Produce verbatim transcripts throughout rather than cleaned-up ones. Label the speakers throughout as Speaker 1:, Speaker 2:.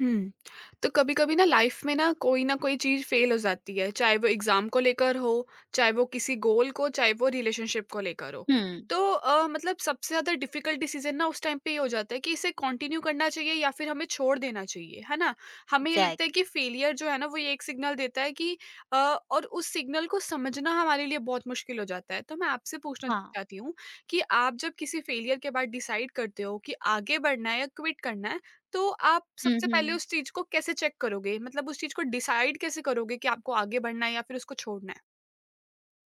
Speaker 1: हुँ। तो कभी-कभी ना लाइफ में ना कोई ना कोई चीज़ फ़ेल हो जाती है, चाहे वो एग्ज़ाम को लेकर हो, चाहे वो किसी गोल को, चाहे वो रिलेशनशिप को लेकर हो।
Speaker 2: हुँ।
Speaker 1: तो अ, मतलब सबसे ज़्यादा डिफ़िकल्ट डिसीज़न ना उस टाइम पे ये हो जाता है कि इसे कंटिन्यू करना चाहिए या फिर हमें छोड़ देना चाहिए, है ना? हमें ये लगता है
Speaker 2: एग्ज़ैक्टली।
Speaker 1: कि फ़ेलियर जो है ना, वो ये एक सिग्नल देता है कि अ, और उस सिग्नल को समझना हमारे लिए बहुत मुश्किल हो जाता है। तो मैं आपसे पूछना
Speaker 2: हाँ।
Speaker 1: चाहती हूँ कि आप जब किसी फ़ेलियर के बाद डिसाइड करते हो कि आगे बढ़ना है या क्विट करना है, तो आप
Speaker 2: हुँ,
Speaker 1: सबसे पहले
Speaker 2: हुँ।
Speaker 1: उस चीज़ को कैसे चेक करोगे? मतलब उस चीज़ को डिसाइड कैसे करोगे कि आपको आगे बढ़ना है या फिर उसको छोड़ना है?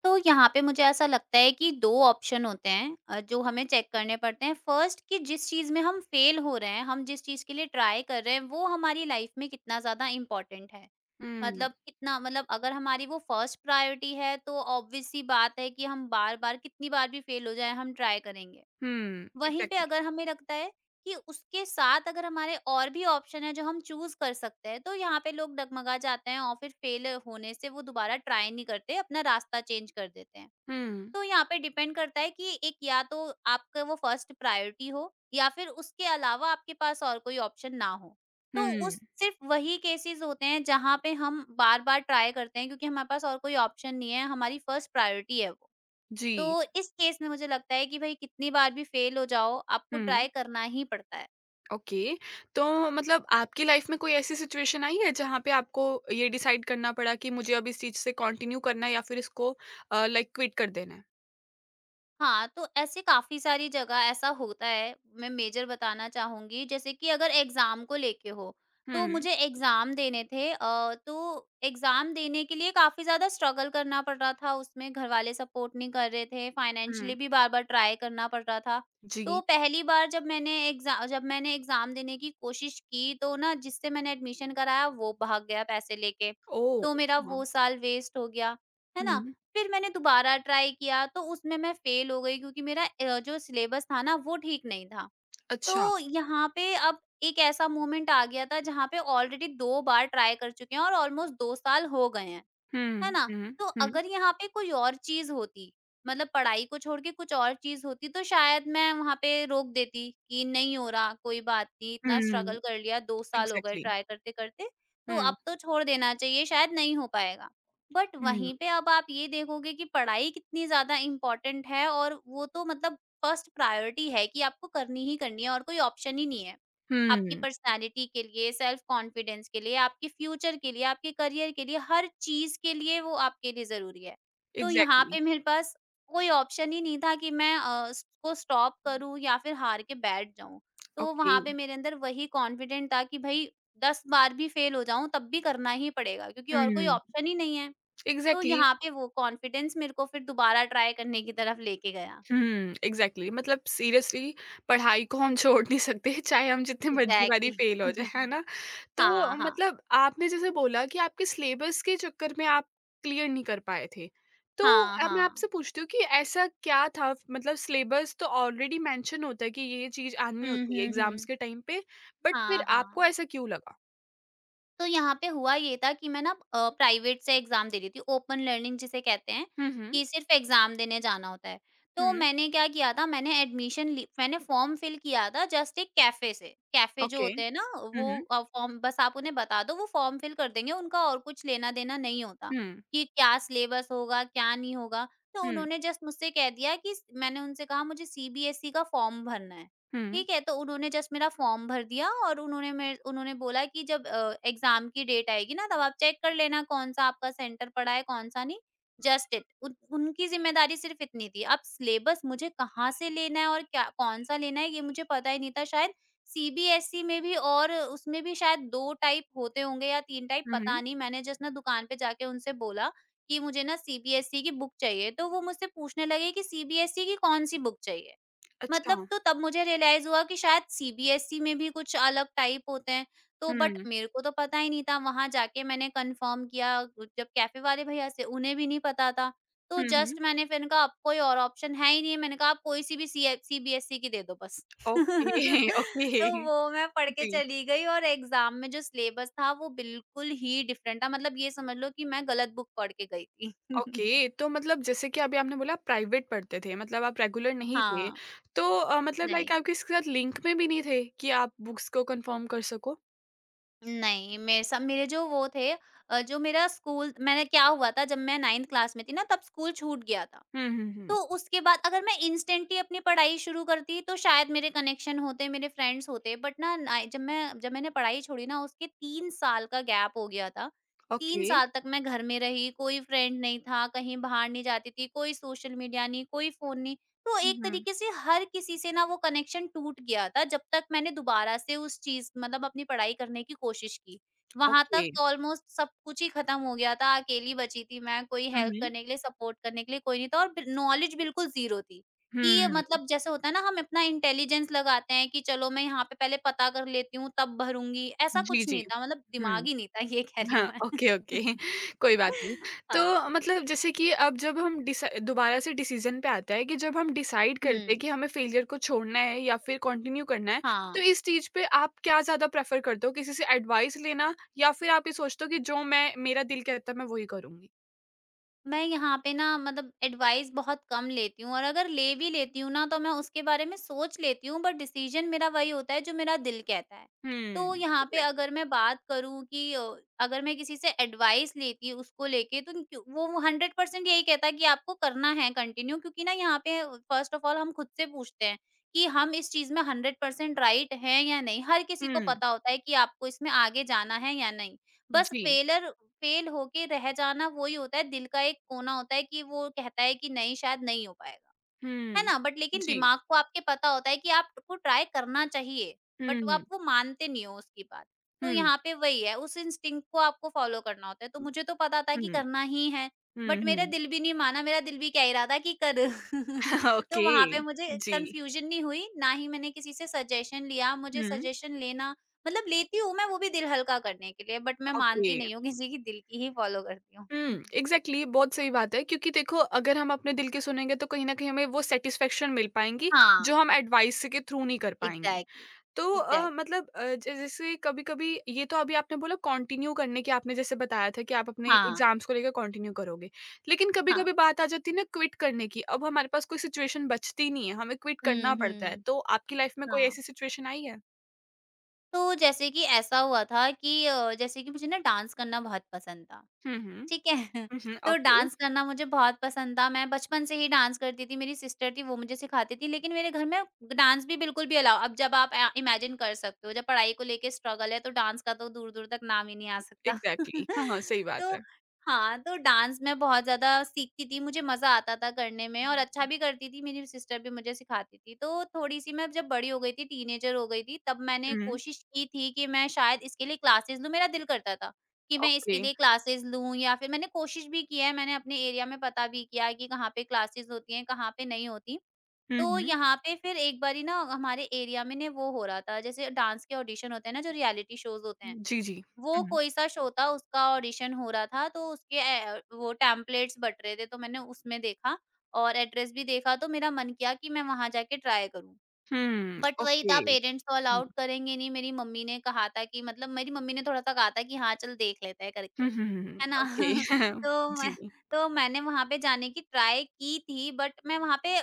Speaker 2: तो यहाँ पे मुझे ऐसा लगता है कि दो ऑप्शन होते हैं अ, जो हमें चेक करने पड़ते हैं। फर्स्ट कि जिस चीज़ में हम फ़ेल हो रहे हैं, हम जिस चीज़ के लिए ट्राई कर रहे हैं, वो हमारी लाइफ़ में कितना ज़्यादा इम्पोर्टेंट है।
Speaker 1: हुँ,
Speaker 2: मतलब कितना मतलब अगर हमारी वो फर्स्ट प्रायोरिटी है, तो ऑब्वियस सी बात है कि हम बार-बार कितनी बार भी फ़ेल हो जाएँ, हम ट्राई करेंगे।
Speaker 1: हुँ,
Speaker 2: वहीं पे
Speaker 1: एग्ज़ैक्टली।
Speaker 2: अगर हमें लगता है कि उसके साथ अगर हमारे और भी ऑप्शन है जो हम चूज कर सकते हैं तो यहाँ पे लोग डगमगा जाते हैं और फिर फेल होने से वो दोबारा ट्राई नहीं करते, अपना रास्ता चेंज कर देते हैं।
Speaker 1: हुँ,
Speaker 2: तो यहाँ पे डिपेंड करता है कि एक या तो आपका वो फर्स्ट प्रायोरिटी हो या फिर उसके अलावा आपके पास और कोई ऑप्शन ना हो, तो
Speaker 1: हुँ,
Speaker 2: उस सिर्फ वही केसेस होते हैं जहाँ पे हम बार बार ट्राई करते हैं क्योंकि हमारे पास और कोई ऑप्शन नहीं है, हमारी फर्स्ट प्रायोरिटी है वो।
Speaker 1: जी,
Speaker 2: तो इस केस में मुझे लगता है कि भई कितनी बार भी फेल हो जाओ, आपको
Speaker 1: हुँ,
Speaker 2: ट्राई करना ही पड़ता है।
Speaker 1: ओके। तो मतलब आपकी लाइफ़ में कोई ऐसी सिचुएशन आई है जहाँ पे आपको ये डिसाइड करना पड़ा कि मुझे अब इस चीज़ से कंटिन्यू करना है या फिर इसको अ, लाइक क्विट कर देना है?
Speaker 2: हाँ, तो ऐसे काफ़ी सारी जगह ऐसा होता है, मैं मेजर बताना चाहूँगी। जैसे कि अगर एग्ज़ाम को लेके हो, तो
Speaker 1: हुँ,
Speaker 2: मुझे एग्ज़ाम देने थे, अ, तो एग्ज़ाम देने के लिए काफ़ी ज़्यादा स्ट्रगल करना पड़ रहा था, उसमें घरवाले सपोर्ट नहीं कर रहे थे,
Speaker 1: हुँ,
Speaker 2: फाइनेंशियली भी बार-बार ट्राई करना पड़ रहा था। तो
Speaker 1: जी।
Speaker 2: पहली बार जब मैंने एग्ज़ा जब मैंने एग्ज़ाम देने की कोशिश की, तो ना जिससे मैंने एडमिशन कराया वो भाग गया पैसे लेके,
Speaker 1: ओह!
Speaker 2: तो मेरा
Speaker 1: अच्छा,
Speaker 2: वो साल वेस्ट हो गया, है ना?
Speaker 1: हुँ,
Speaker 2: फिर मैंने दोबारा ट्राई किया तो उसमें मैं फ़ेल हो गई क्योंकि मेरा अ, जो सिलेबस था ना वो ठीक नहीं था।
Speaker 1: अच्छा।
Speaker 2: तो यहाँ पे अब एक ऐसा मोमेंट आ गया था जहाँ पे ऑलरेडी दो बार ट्राई कर चुके हैं और ऑलमोस्ट दो साल हो गए हैं।
Speaker 1: हुँ,
Speaker 2: है ना?
Speaker 1: हुँ,
Speaker 2: तो
Speaker 1: हुँ,
Speaker 2: अगर यहाँ पे कोई और चीज़ होती, मतलब पढ़ाई को छोड़ के कुछ और चीज़ होती, तो शायद मैं वहाँ पे रोक देती कि नहीं हो रहा, कोई बात नहीं, इतना
Speaker 1: हुँ,
Speaker 2: स्ट्रगल कर लिया, दो साल हो गए
Speaker 1: एग्ज़ैक्टली।
Speaker 2: ट्राई करते-करते, तो
Speaker 1: हुँ,
Speaker 2: अब तो छोड़ देना चाहिए, शायद नहीं हो पाएगा। बट
Speaker 1: हुँ,
Speaker 2: वहीं पे अब आप ये देखोगे कि पढ़ाई कितनी ज़्यादा इम्पोर्टेंट है और वो तो मतलब फर्स्ट प्रायोरिटी है कि आपको करनी ही करनी है और कोई ऑप्शन ही नहीं है। आपकी
Speaker 1: हुँ।
Speaker 2: पर्सनैलिटी के लिए, सेल्फ कॉन्फिडेंस के लिए, आपके फ्यूचर के लिए, आपके करियर के लिए, हर चीज़ के लिए वो आपके लिए ज़रूरी है। तो यहाँ
Speaker 1: एग्ज़ैक्टली,
Speaker 2: पे मेरे पास कोई ऑप्शन ही नहीं था कि मैं अ, उसको स्टॉप करूँ या फिर हार के बैठ जाऊँ। तो
Speaker 1: ओके,
Speaker 2: वहाँ पे मेरे अंदर वही कॉन्फिडेंट था कि भई दस बार भी फ़ेल हो जाऊँ तब भी करना ही पड़ेगा क्योंकि और कोई
Speaker 1: हुँ,
Speaker 2: ऑप्शन ही नहीं है। तो
Speaker 1: एग्ज़ैक्टली,
Speaker 2: यहाँ पे वो कॉन्फिडेंस मेरे को फिर दोबारा ट्राई करने की तरफ लेके गया।
Speaker 1: हुँ, एग्ज़ैक्टली मतलब सीरियसली पढ़ाई को हम छोड़ नहीं सकते चाहे हम जितनी मर्ज़ी बारी
Speaker 2: एग्ज़ैक्टली।
Speaker 1: फ़ेल हो जाएँ, है ना? तो
Speaker 2: हाँ, हाँ।
Speaker 1: मतलब आपने जैसे बोला कि आपके सिलेबस के चक्कर में आप क्लियर नहीं कर पाए थे। तो
Speaker 2: हाँ,
Speaker 1: अब मैं आपसे
Speaker 2: हाँ।
Speaker 1: पूछती हूँ कि ऐसा क्या था मतलब सिलेबस तो ऑलरेडी मेंशन होता है कि ये चीज़ आनी
Speaker 2: हुँ,
Speaker 1: होती है
Speaker 2: हुँ,
Speaker 1: एग्ज़ाम्स
Speaker 2: हुँ।
Speaker 1: के टाइम पे, बट फिर
Speaker 2: हाँ,
Speaker 1: आपको
Speaker 2: हाँ।
Speaker 1: ऐसा क्यों लगा?
Speaker 2: तो यहाँ पे हुआ ये था कि मैं ना अ, प्राइवेट से एग्ज़ाम दे रही थी, ओपन लर्निंग जिसे कहते हैं,
Speaker 1: हुँ, हुँ,
Speaker 2: कि सिर्फ़ एग्ज़ाम देने जाना होता है। तो
Speaker 1: हुँ,
Speaker 2: मैंने क्या किया था, मैंने एडमिशन ली, मैंने फ़ॉर्म फिल किया था जस्ट एक कैफ़े से। कैफ़े जो
Speaker 1: ओके,
Speaker 2: होते हैं ना
Speaker 1: हुँ,
Speaker 2: वो
Speaker 1: हुँ,
Speaker 2: अ, फ़ॉर्म बस आप उन्हें बता दो वो फ़ॉर्म फिल कर देंगे, उनका और कुछ लेना-देना नहीं होता,
Speaker 1: हुँ,
Speaker 2: कि क्या सिलेबस होगा, क्या नहीं होगा। तो
Speaker 1: हुँ,
Speaker 2: उन्होंने जस्ट मुझसे कह दिया कि स मैंने उनसे कहा मुझे सीबीएसई का फ़ॉर्म भरना है।
Speaker 1: हुँ,
Speaker 2: ठीक है, तो उन्होंने जस्ट मेरा फॉर्म भर दिया और उन्होंने मेर उन्होंने बोला कि जब अ, एग्ज़ाम की डेट आएगी ना तब आप चेक कर लेना कौन-सा आपका सेंटर पड़ा है, कौन-सा नहीं, जस्ट इट। उन उनकी ज़िम्मेदारी सिर्फ़ इतनी थी। अब सिलेबस मुझे कहाँ से लेना है और क्या कौन-सा लेना है ये मुझे पता ही नहीं था। शायद सीबीएसई में भी, और उसमें भी शायद दो टाइप होते होंगे या तीन टाइप,
Speaker 1: हुँ,
Speaker 2: पता
Speaker 1: हुँ,
Speaker 2: नहीं। मैंने जस्ट ना दुकान पे जाके उनसे बोला कि मुझे ना सीबीएसई की बुक चाहिए, तो वो मुझसे पूछने लगे कि सीबीएसई की कौन-सी बुक चाहिए?
Speaker 1: अच्छा।
Speaker 2: मतलब तो तब मुझे रियलाइज़ हुआ कि शायद सीबीएसई में भी कुछ अलग टाइप होते हैं, तो बट
Speaker 1: हुँ।
Speaker 2: मेरे को तो पता ही नहीं था, वहाँ जाके मैंने कन्फ़र्म किया जब कैफ़े वाले भैया से, उन्हें भी नहीं पता था। तो
Speaker 1: हुँ, हुँ।
Speaker 2: जस्ट मैंने फिर कहा अब कोई और ऑप्शन है ही नहीं है, मैंने कहा आप कोई सी भी सी ए सीबीएसई की दे दो बस।
Speaker 1: Okay, okay.
Speaker 2: तो वो मैं पढ़ के
Speaker 1: जी।
Speaker 2: चली गई और एग्ज़ाम में जो सिलेबस था वो बिल्कुल ही डिफ़रेंट था, मतलब ये समझ लो कि मैं गलत बुक पढ़ के गई थी।
Speaker 1: ओके, तो मतलब जैसे कि अभी आपने बोला आप प्राइवेट पढ़ते थे, मतलब आप रेगुलर नहीं थे।
Speaker 2: हाँ,
Speaker 1: तो अ, मतलब लाइक
Speaker 2: नहीं।
Speaker 1: आप किसी के साथ लिंक में भी नहीं थे कि आप बुक्स को कन्फर्म कर सको?
Speaker 2: नहीं, मेरे सा मेरे जो वो थे, अ, जो मेरा स्कूल मैंने क्या हुआ था जब मैं नाइंथ क्लास में थी ना तब स्कूल छूट गया था।
Speaker 1: हुँ, हुँ, हुँ।
Speaker 2: तो उसके बाद अगर मैं इंस्टेंट ही अपनी पढ़ाई शुरू करती तो शायद मेरे कनेक्शन होते, मेरे फ्रेंड्स होते, बट ना ना जब मैं जब मैंने पढ़ाई छोड़ी ना उसके तीन साल का गैप हो गया था। तीन
Speaker 1: ओके।
Speaker 2: साल तक मैं घर में रही, कोई फ्रेंड नहीं था, कहीं बाहर नहीं जाती थी, कोई सोशल मीडिया नहीं, कोई फ़ोन नहीं। तो
Speaker 1: हुँ,
Speaker 2: एक
Speaker 1: हुँ।
Speaker 2: तरीके से हर किसी से ना वो कनेक्शन टूट गया था जब तक मैंने दोबारा से उस चीज़ मतलब अपनी पढ़ाई करने की कोशिश की। वहाँ
Speaker 1: ओके।
Speaker 2: तक ऑलमोस्ट सब कुछ ही खत्म हो गया था, अकेली बची थी मैं, कोई
Speaker 1: हुँ,
Speaker 2: हेल्प
Speaker 1: हुँ।
Speaker 2: करने के लिए, सपोर्ट करने के लिए कोई नहीं था, और बिल नॉलेज बिल्कुल ज़ीरो थी, कि ये
Speaker 1: हुँ।
Speaker 2: मतलब जैसे होता है ना हम अपना इंटेलिजेंस लगाते हैं कि चलो मैं यहाँ पे पहले पता कर लेती हूँ तब भरूँगी, ऐसा
Speaker 1: जी,
Speaker 2: कुछ
Speaker 1: जी।
Speaker 2: नहीं था, मतलब
Speaker 1: हुँ।
Speaker 2: दिमाग ही नहीं था ये कह रही
Speaker 1: हाँ,
Speaker 2: हूँ मैं।
Speaker 1: ओके, ओके कोई बात नहीं।
Speaker 2: हाँ।
Speaker 1: तो मतलब जैसे कि अब जब हम डिसा दोबारा से डिसीज़न पे आता है कि जब हम डिसाइड करते हैं
Speaker 2: हुँ।
Speaker 1: कि हमें फेलियर को छोड़ना है या फिर कंटिन्यू करना है,
Speaker 2: हाँ।
Speaker 1: तो इस चीज़ पे आप क्या ज़्यादा प्रेफ़र करते हो? किसी से एडवाइस लेना या फिर आप ये सोचते हो कि जो मैं मेरा दिल कहता है मैं वही करूँगी?
Speaker 2: मैं यहाँ पे ना मतलब एडवाइस बहुत कम लेती हूँ और अगर ले भी लेती हूँ ना तो मैं उसके बारे में सोच लेती हूँ, बट डिसीजन मेरा वही होता है जो मेरा दिल कहता है।
Speaker 1: हुँ,
Speaker 2: तो यहाँ पे अगर
Speaker 1: एग्ज़ैक्टली।
Speaker 2: मैं बात करूँ कि अ, अगर मैं किसी से एडवाइस लेती हूँ उसको लेके, तो क्यों वो हंड्रेड परसेंट यही कहता है कि आपको करना है कंटिन्यू, क्योंकि ना यहाँ पे फर्स्ट ऑफ ऑल हम खुद से पूछते हैं कि हम इस चीज में हंड्रेड परसेंट राइट हैं या नहीं। हर किसी को
Speaker 1: हुँ,
Speaker 2: पता होता है कि आपको इसमें आगे जाना है या नहीं। बस
Speaker 1: जी।
Speaker 2: फेलर फेल होके रह जाना वो ही होता है, दिल का एक कोना होता है कि वो कहता है कि नहीं शायद नहीं हो पाएगा। है
Speaker 1: हुँ,
Speaker 2: ना? बट लेकिन
Speaker 1: जी।
Speaker 2: दिमाग को आपके पता होता है कि आपको ट्राई करना चाहिए,
Speaker 1: हुँ,
Speaker 2: बट वो
Speaker 1: हुँ,
Speaker 2: आप वो मानते नहीं हो उसकी बात। तो यहाँ पे वही है, उस इंस्टिंक्ट को आपको फॉलो करना होता है। तो मुझे तो पता था कि
Speaker 1: हुँ,
Speaker 2: करना ही है,
Speaker 1: हुँ,
Speaker 2: बट मेरा
Speaker 1: हुँ।
Speaker 2: दिल भी नहीं माना, मेरा दिल भी कह ही रहा था कि कर। तो
Speaker 1: ओके,
Speaker 2: वहाँ पे मुझे
Speaker 1: जी।
Speaker 2: कन्फ्यूज़न नहीं हुई, ना ही मैंने किसी से सजेशन लिया। मुझे
Speaker 1: हुँ,
Speaker 2: सजेशन लेना मतलब लेती हूँ मैं, वो भी दिल हल्का करने के लिए, बट मैं
Speaker 1: ओके।
Speaker 2: मानती नहीं हूँ, किसी की, दिल की ही फॉलो करती हूँ।
Speaker 1: हुँ, एग्ज़ैक्टली बहुत सही बात है क्योंकि देखो अगर हम अपने दिल की सुनेंगे तो कहीं न कहीं हमें वो सैटिस्फैक्शन मिल पाएँगी,
Speaker 2: हाँ,
Speaker 1: जो हम एडवाइस के थ्रू नहीं कर पाएँगे।
Speaker 2: एग्ज़ैक्टली,
Speaker 1: तो अ,
Speaker 2: एग्ज़ैक्टली।
Speaker 1: मतलब अ, ज जैसे कभी-कभी ये तो अभी आपने बोला कंटिन्यू करने की आपने जैसे बताया था कि आप अपने
Speaker 2: हाँ,
Speaker 1: एग्ज़ाम्स को लेकर कंटिन्यू करोगे। लेकिन
Speaker 2: हाँ।
Speaker 1: कभी-कभी बात आ जाती है ना क्विट करने की, अब हमारे पास कोई सिचुएशन बचती नहीं है, हमें क्विट
Speaker 2: हुँ,
Speaker 1: करना पड़ता है।
Speaker 2: हुँ।
Speaker 1: तो आपकी लाइफ़ में कोई
Speaker 2: हाँ,
Speaker 1: ऐसी सिचुएशन आई है?
Speaker 2: तो जैसे कि ऐसा हुआ था कि अ, जैसे कि मुझे ना डांस करना बहुत पसंद था।
Speaker 1: हुँ, हुँ।
Speaker 2: ठीक है।
Speaker 1: हुँ, हुँ,
Speaker 2: तो
Speaker 1: ओके,
Speaker 2: डांस करना मुझे बहुत पसंद था, मैं बचपन से ही डांस करती थी, मेरी सिस्टर थी वो मुझे सिखाती थी, लेकिन मेरे घर में डांस भी बिल्कुल भी अलाउ अब जब आप अ, इमेजिन कर सकते हो, जब पढ़ाई को लेके स्ट्रगल है, तो डांस का तो दूर-दूर तक नाम ही नहीं आ सकता।
Speaker 1: एग्ज़ैक्टली हाँ, हाँ, सही बात
Speaker 2: तो
Speaker 1: है।
Speaker 2: हाँ, तो डांस मैं बहुत ज़्यादा सीखती थी, मुझे मज़ा आता था करने में और अच्छा भी करती थी, मेरी सिस्टर भी मुझे सिखाती थी। तो थोड़ी-सी मैं जब बड़ी हो गई थी, टीनेजर हो गई थी, तब मैंने
Speaker 1: हुँ,
Speaker 2: कोशिश की थी कि मैं शायद इसके लिए क्लासेस लूँ, मेरा दिल करता था कि मैं
Speaker 1: ओके।
Speaker 2: इसके लिए क्लासेस लूँ, या फिर मैंने कोशिश भी की है, मैंने अपने एरिया में पता भी किया है कि कहाँ पे क्लासेस होती हैं, कहाँ पे नहीं होती।
Speaker 1: हुँ,
Speaker 2: तो
Speaker 1: हुँ।
Speaker 2: यहाँ पे फिर एक बारी ना हमारे एरिया में ना वो हो रहा था, जैसे डांस के ऑडिशन होते हैं ना, जो रियलिटी शोज़ होते हैं,
Speaker 1: जी, जी।
Speaker 2: वो
Speaker 1: हुँ।
Speaker 2: कोई-सा शो था, उसका ऑडिशन हो रहा था, तो उसके ए वो टेम्पलेट्स बँट रहे थे, तो मैंने उसमें देखा और एड्रेस भी देखा, तो मेरा मन किया कि मैं वहाँ जाके ट्राई करूँ।
Speaker 1: हुँ,
Speaker 2: बट वही
Speaker 1: ओके।
Speaker 2: था पेरेंट्स तो
Speaker 1: हुँ,
Speaker 2: अलाउड करेंगे नहीं, मेरी मम्मी ने कहा था कि मतलब मेरी मम्मी ने थोड़ा-सा कहा था कि हाँ, चल देख लेते हैं करके।
Speaker 1: हुँ, हुँ, हुँ,
Speaker 2: है ना?
Speaker 1: ओके।
Speaker 2: तो मैं
Speaker 1: जी।
Speaker 2: तो मैंने वहाँ पे जाने की ट्राई की थी। बट मैं वहाँ पे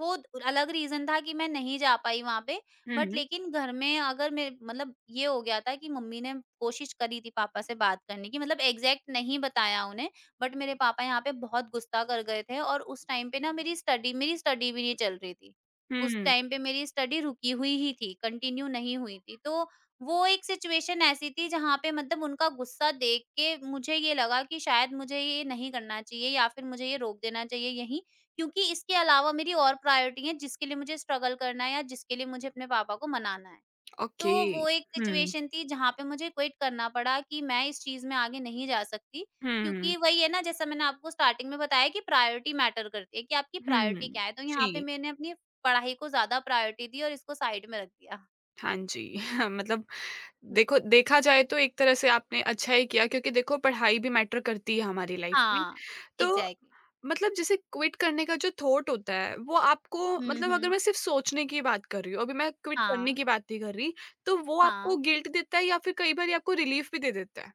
Speaker 2: वो द- अलग रीज़न था कि मैं नहीं जा पाई वहाँ पे।
Speaker 1: हुँ,
Speaker 2: बट
Speaker 1: हुँ,
Speaker 2: लेकिन घर में अगर मैं मतलब ये हो गया था कि मम्मी ने कोशिश करी थी पापा से बात करने की, मतलब एग्ज़ैक्ट नहीं बताया उन्हें। बट मेरे पापा यहाँ पे बहुत गुस्सा कर गए थे और उस टाइम पे ना मेरी स्टडी मेरी स्टडी भी नहीं चल रही थी। उस
Speaker 1: हुँ,
Speaker 2: टाइम पे मेरी स्टडी रुकी हुई ही थी, कंटिन्यू नहीं हुई थी। तो वो एक सिचुएशन ऐसी थी जहाँ पे मतलब उनका गुस्सा देख के मुझे ये लगा कि शायद मुझे ये नहीं करना चाहिए या फिर मुझे ये रोक देना चाहिए यहीं, क्योंकि इसके अलावा मेरी और प्रायोरिटी है जिसके लिए मुझे स्ट्रगल करना है या जिसके लिए मुझे अपने पापा को मनाना है। तो
Speaker 1: ओके।
Speaker 2: वो एक
Speaker 1: हुँ,
Speaker 2: सिचुएशन थी जहाँ पे मुझे क्विट करना पड़ा कि मैं इस चीज़ में आगे नहीं जा सकती,
Speaker 1: हुँ,
Speaker 2: क्योंकि वही है ना, जैसा मैंने आपको स्टार्टिंग में बताया कि प्रायोरिटी मैटर करती है, कि आपकी
Speaker 1: हुँ,
Speaker 2: प्रायोरिटी क्या है। तो यहाँ पे
Speaker 1: जी।
Speaker 2: मैंने अपनी पढ़ाई को ज़्यादा प्रायोरिटी दी और इसको साइड में रख दिया।
Speaker 1: हाँ जी, मतलब देखो देखा जाए तो एक तरह से आपने अच्छा ही किया क्योंकि देखो पढ़ाई भी मैटर करती है हमारी लाइफ़ में।
Speaker 2: हाँ,
Speaker 1: तो
Speaker 2: एग्ज़ैक्टली।
Speaker 1: मतलब जैसे क्विट करने का जो थॉट होता है वो आपको
Speaker 2: हुँ,
Speaker 1: मतलब अगर
Speaker 2: हुँ।
Speaker 1: मैं सिर्फ़ सोचने की बात कर रही हूँ, अभी मैं क्विट करने
Speaker 2: हाँ,
Speaker 1: की बात नहीं कर रही, तो वो आपको
Speaker 2: हाँ।
Speaker 1: गिल्ट देता है या फिर कई बारी आपको रिलीफ़ भी दे देता है?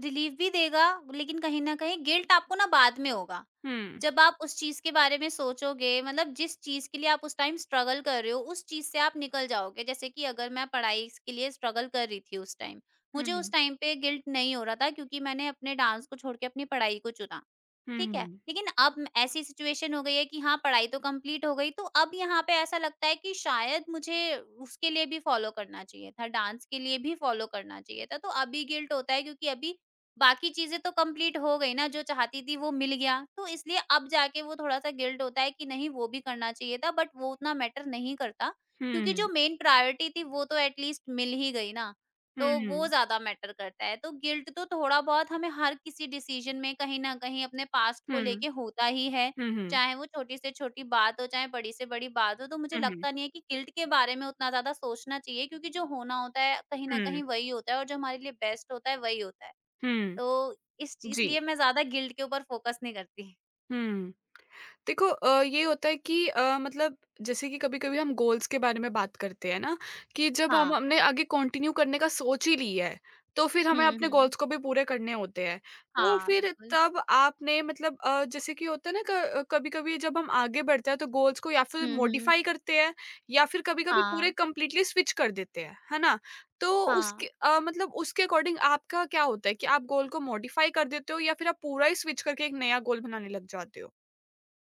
Speaker 2: रिलीफ़ भी देगा, लेकिन कहीं न कहीं गिल्ट आपको ना बाद में होगा।
Speaker 1: हुँ।
Speaker 2: जब आप उस चीज़ के बारे में सोचोगे, मतलब जिस चीज़ के लिए आप उस टाइम स्ट्रगल कर रहे हो, उस चीज़ से आप निकल जाओगे। जैसे कि अगर मैं पढ़ाई के लिए स्ट्रगल कर रही थी उस टाइम,
Speaker 1: हुँ,
Speaker 2: मुझे उस
Speaker 1: हुँ।
Speaker 2: टाइम पे गिल्ट नहीं हो रहा था, क्योंकि मैंने अपने डांस को छोड़ के अपनी पढ़ाई को चुना।
Speaker 1: हुँ,
Speaker 2: ठीक है,
Speaker 1: हुँ।
Speaker 2: लेकिन अब म ऐसी सिचुएशन हो गई है कि हाँ, पढ़ाई तो कंप्लीट हो गई, तो अब यहाँ पे ऐसा लगता है कि शायद मुझे उसके लिए भी फ़ॉलो करना चाहिए था, डांस के लिए भी फ़ॉलो करना चाहिए था। तो अभी गिल्ट होता है, क्योंकि अभी बाकी चीज़ें तो कंप्लीट हो गई ना, जो चाहती थी वो मिल गया। तो इसलिए अब जाके वो थोड़ा-सा गिल्ट होता है कि नहीं, वो भी करना चाहिए था, बट वो उतना मैटर नहीं करता, क्योंकि जो मेन प्रायोरिटी थी वो तो एट लीस्ट मिल ही गई ना।
Speaker 1: हुँ,
Speaker 2: तो वो
Speaker 1: हुँ,
Speaker 2: ज़्यादा मैटर करता है। तो गिल्ट तो थोड़ा बहुत हमें हर किसी डिसीज़न में कहीं न कहीं अपने पास्ट को
Speaker 1: हुँ, हुँ,
Speaker 2: लेके होता ही है,
Speaker 1: हुँ, हुँ,
Speaker 2: चाहे वो छोटी से छोटी बात हो, चाहे बड़ी से बड़ी बात हो। तो मुझे
Speaker 1: हुँ, हुँ,
Speaker 2: लगता नहीं है कि गिल्ट के बारे में उतना ज़्यादा सोचना चाहिए, क्योंकि जो होना होता है कहीं न
Speaker 1: हुँ,
Speaker 2: कहीं वही होता है, और जो हमारे लिए बेस्ट होता है वही होता है।
Speaker 1: हुँ,
Speaker 2: तो इस चीज़
Speaker 1: जी।
Speaker 2: इसलिए मैं ज़्यादा गिल्ट के ऊपर फोकस नहीं करती।
Speaker 1: हुँ। देखो अ, ये होता है कि अ, मतलब जैसे कि कभी-कभी हम गोल्स के बारे में बात करते हैं ना, कि जब हम
Speaker 2: हाँ।
Speaker 1: हमने आगे कंटिन्यू करने का सोच ही ली है, तो फिर हमें
Speaker 2: हुँ,
Speaker 1: अपने
Speaker 2: हुँ।
Speaker 1: गोल्स को भी पूरे करने होते हैं। तो
Speaker 2: हाँ,
Speaker 1: फिर
Speaker 2: बिल्कुल।
Speaker 1: तब आपने मतलब अ, जैसे कि होता है ना क कभी-कभी जब हम आगे बढ़ते हैं तो गोल्स को या फिर
Speaker 2: हुँ, हुँ।
Speaker 1: मॉडिफाई करते हैं या फिर कभी-कभी
Speaker 2: हाँ,
Speaker 1: पूरे कंप्लीटली स्विच कर देते हैं, है ना? तो उसके
Speaker 2: हाँ।
Speaker 1: अ, मतलब उसके अकॉर्डिंग आपका क्या होता है कि आप गोल को मॉडिफाई कर देते हो या फिर आप पूरा ही स्विच करके एक नया गोल बनाने लग जाते हो?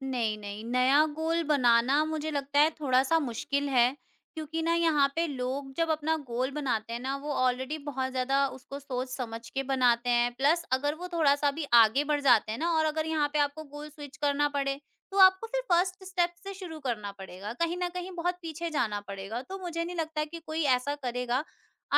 Speaker 2: नहीं, नहीं, नया गोल बनाना मुझे लगता है थोड़ा-सा मुश्किल है, क्योंकि ना यहाँ पे लोग जब अपना गोल बनाते हैं ना, वो ऑलरेडी बहुत ज़्यादा उसको सोच-समझ के बनाते हैं। प्लस अगर वो थोड़ा-सा भी आगे बढ़ जाते हैं ना, और अगर यहाँ पे आपको गोल स्विच करना पड़े, तो आपको फिर फर्स्ट स्टेप से शुरू करना पड़ेगा, कहीं न कहीं बहुत पीछे जाना पड़ेगा। तो मुझे नहीं लगता कि कोई ऐसा करेगा,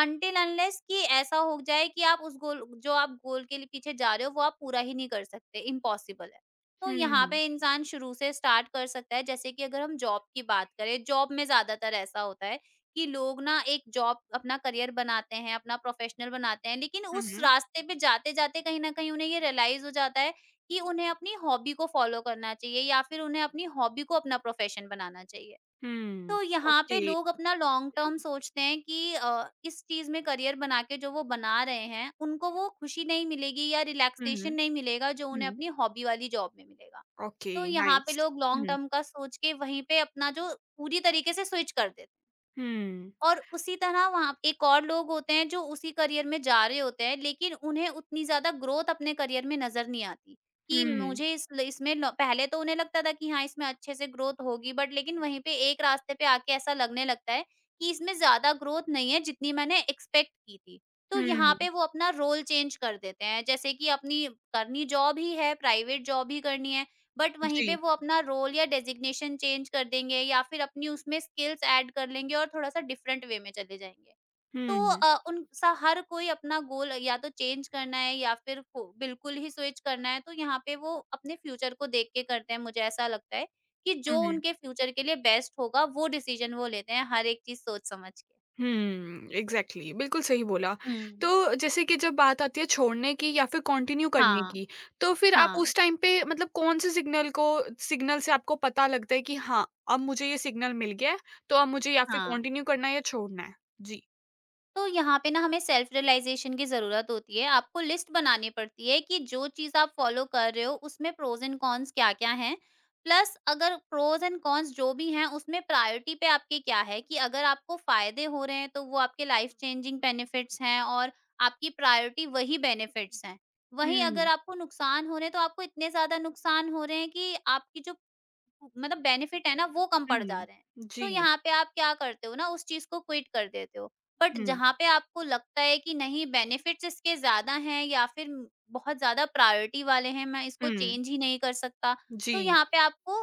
Speaker 2: अनटिल अनलेस कि ऐसा हो जाए कि आप उस गोल, जो आप गोल के लिए पीछे जा रहे हो, वो आप पूरा ही नहीं कर सकते, इम्पॉसिबल है। तो यहाँ
Speaker 1: हुँ।
Speaker 2: पे इंसान शुरू से स्टार्ट कर सकता है। जैसे कि अगर हम जॉब की बात करें, जॉब में ज्यादातर ऐसा होता है कि लोग ना एक जॉब अपना करियर बनाते हैं, अपना प्रोफेशनल बनाते हैं, लेकिन उस
Speaker 1: Mhm.
Speaker 2: रास्ते पे जाते जाते कहीं ना कहीं उन्हें ये रियलाइज हो जाता है कि उन्हें अपनी हॉबी को फॉलो करना चाहिए या फिर उन्हें अपनी हॉबी को अपना प्रोफेशन बनाना चाहिए।
Speaker 1: Hmm.
Speaker 2: तो यहाँ पे
Speaker 1: Okay.
Speaker 2: लोग अपना लॉन्ग टर्म सोचते हैं कि अ, इस चीज में करियर बना के जो वो बना रहे हैं, उनको वो खुशी नहीं मिलेगी या रिलैक्सेशन
Speaker 1: Mhm.
Speaker 2: नहीं मिलेगा जो उन्हें
Speaker 1: Mhm.
Speaker 2: अपनी हॉबी वाली जॉब में मिलेगा। तो
Speaker 1: Okay,
Speaker 2: यहाँ पे
Speaker 1: nice.
Speaker 2: लोग लॉन्ग
Speaker 1: हुँ,
Speaker 2: टर्म का सोच के वहीं पे अपना जो पूरी तरीके से स्विच कर देते हैं।
Speaker 1: हुँ,
Speaker 2: और उसी तरह वहाँ एक और लोग होते हैं जो उसी करियर में जा रहे होते हैं, लेकिन उन्हें उतनी ज़्यादा ग्रोथ अपने करियर में नज़र नहीं आती कि
Speaker 1: हुँ,
Speaker 2: मुझे इस इसमें लॉ- पहले तो उन्हें लगता था कि हाँ, इसमें अच्छे से ग्रोथ होगी, बट लेकिन वहीं पे एक रास्ते पे आके ऐसा लगने लगता है कि इसमें ज़्यादा ग्रोथ नहीं है जितनी मैंने एक्सपेक्ट की थी। तो यहाँ
Speaker 1: हुँ,
Speaker 2: पे वो अपना रोल चेंज कर देते हैं, जैसे कि अपनी करनी जॉब ही है, प्राइवेट जॉब ही करनी है, बट वहीं पे
Speaker 1: जी।
Speaker 2: वो अपना रोल या डेज़िग्नेशन चेंज कर देंगे या फिर अपनी उसमें स्किल्स ऐड कर लेंगे और थोड़ा-सा डिफरेंट वे में चले जाएँगे। तो
Speaker 1: हुँ,
Speaker 2: अ, उन सा हर कोई अपना गोल या तो चेंज करना है या फिर को बिल्कुल ही स्विच करना है, तो यहाँ पे वो अपने फ्यूचर को देख के करते हैं, मुझे ऐसा लगता है कि जो
Speaker 1: हुँ,
Speaker 2: उनके फ्यूचर के लिए बेस्ट होगा, वो डिसीज़न वो लेते हैं हर एक चीज़ सोच समझ के।
Speaker 1: हुँ, एग्ज़ैक्टली, बिल्कुल सही बोला।
Speaker 2: हुँ।
Speaker 1: तो जैसे कि जब बात आती है छोड़ने की या फिर कंटिन्यू करने
Speaker 2: हाँ,
Speaker 1: की, तो फिर आप
Speaker 2: हाँ,
Speaker 1: उस टाइम पे मतलब कौन-से सिग्नल को सिग्नल से आपको पता लगता है कि हाँ, अब मुझे ये सिग्नल मिल गया है, तो अब मुझे या फिर
Speaker 2: हाँ।
Speaker 1: कंटिन्यू करना है या छोड़ना है? जी।
Speaker 2: तो यहाँ पे ना हमें सेल्फ रियलाइजेशन की ज़रूरत होती है। आपको लिस्ट बनानी पड़ती है कि जो चीज़ आप फ़ॉलो कर रहे हो उसमें प्रोज़ एंड कॉन्स क्या-क्या हैं। प्लस अगर प्रोज़ एंड कॉन्स जो भी हैं, उसमें प्रायोरिटी पे आपकी क्या है, कि अगर आपको फ़ायदे हो रहे हैं तो वो आपके लाइफ़ चेंजिंग बेनिफिट्स हैं और आपकी प्रायोरिटी वही बेनिफिट्स हैं। वहीं
Speaker 1: हुँ,
Speaker 2: अगर आपको नुकसान हो रहे हैं तो आपको इतने ज़्यादा नुकसान हो रहे हैं कि आपकी जो मतलब बेनिफिट है ना, वो कम पड़ जा
Speaker 1: हुँ,
Speaker 2: रहे हैं। तो
Speaker 1: जी,
Speaker 2: यहाँ पे आप क्या करते हो ना, उस चीज़ को क्विट कर देते हो। बट
Speaker 1: हुँ,
Speaker 2: जहाँ पे आपको लगता है कि नहीं, बेनिफिट्स इसके ज़्यादा हैं या फिर म- बहुत ज़्यादा प्रायोरिटी वाले हैं, मैं इसको
Speaker 1: हुँ,
Speaker 2: चेंज ही नहीं कर सकता, तो
Speaker 1: जी,
Speaker 2: यहाँ पे आपको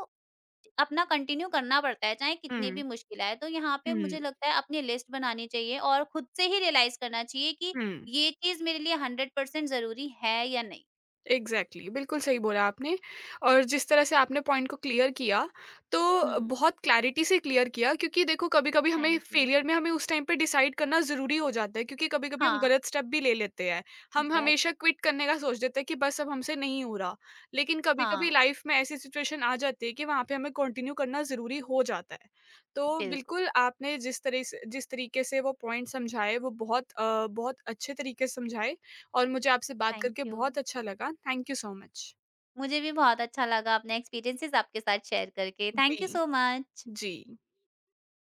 Speaker 2: अपना कंटिन्यू करना पड़ता है, चाहे कितनी
Speaker 1: हुँ।
Speaker 2: भी मुश्किल आए। तो यहाँ पे
Speaker 1: हुँ,
Speaker 2: मुझे लगता है अपनी लिस्ट बनानी चाहिए और खुद से ही रियलाइज़ करना चाहिए कि
Speaker 1: हुँ।
Speaker 2: ये चीज़ मेरे लिए हंड्रेड परसेंट ज़रूरी है या नहीं।
Speaker 1: एग्ज़ैक्टली बिल्कुल सही बोला आपने और जिस तरह से आपने पॉइंट को क्लियर किया, तो
Speaker 2: हुँ,
Speaker 1: बहुत क्लैरिटी से क्लियर किया क्योंकि देखो कभी-कभी हमें
Speaker 2: थैंक यू।
Speaker 1: फेलियर में हमें उस टाइम पे डिसाइड करना ज़रूरी हो जाता है क्योंकि कभी-कभी हम
Speaker 2: हाँ,
Speaker 1: गलत स्टेप भी ले लेते हैं। हम हमेशा
Speaker 2: एग्ज़ैक्टली।
Speaker 1: क्विट करने का सोच देते हैं कि बस अब हमसे नहीं हो रहा। लेकिन कभी-कभी
Speaker 2: हाँ,
Speaker 1: लाइफ़ में ऐसी सिचुएशन आ जाती है कि वहाँ पे हमें कंटिन्यू करना ज़रूरी हो जाता है। तो
Speaker 2: बिल्कुल,
Speaker 1: बिल्कुल आपने जिस तरह से जिस तरीके से वो पॉइंट समझाए वो बहुत अ, बहुत अच्छे तरीके से समझाए और मुझे आपसे बात
Speaker 2: थैंक
Speaker 1: करके
Speaker 2: यू।
Speaker 1: बहुत अच्छा लगा। Thank you so much.
Speaker 2: मुझे भी बहुत अच्छा लगा अपने एक्सपीरियंसेस आपके साथ शेयर करके। थैंक
Speaker 1: जी,
Speaker 2: यू सो मच।
Speaker 1: जी।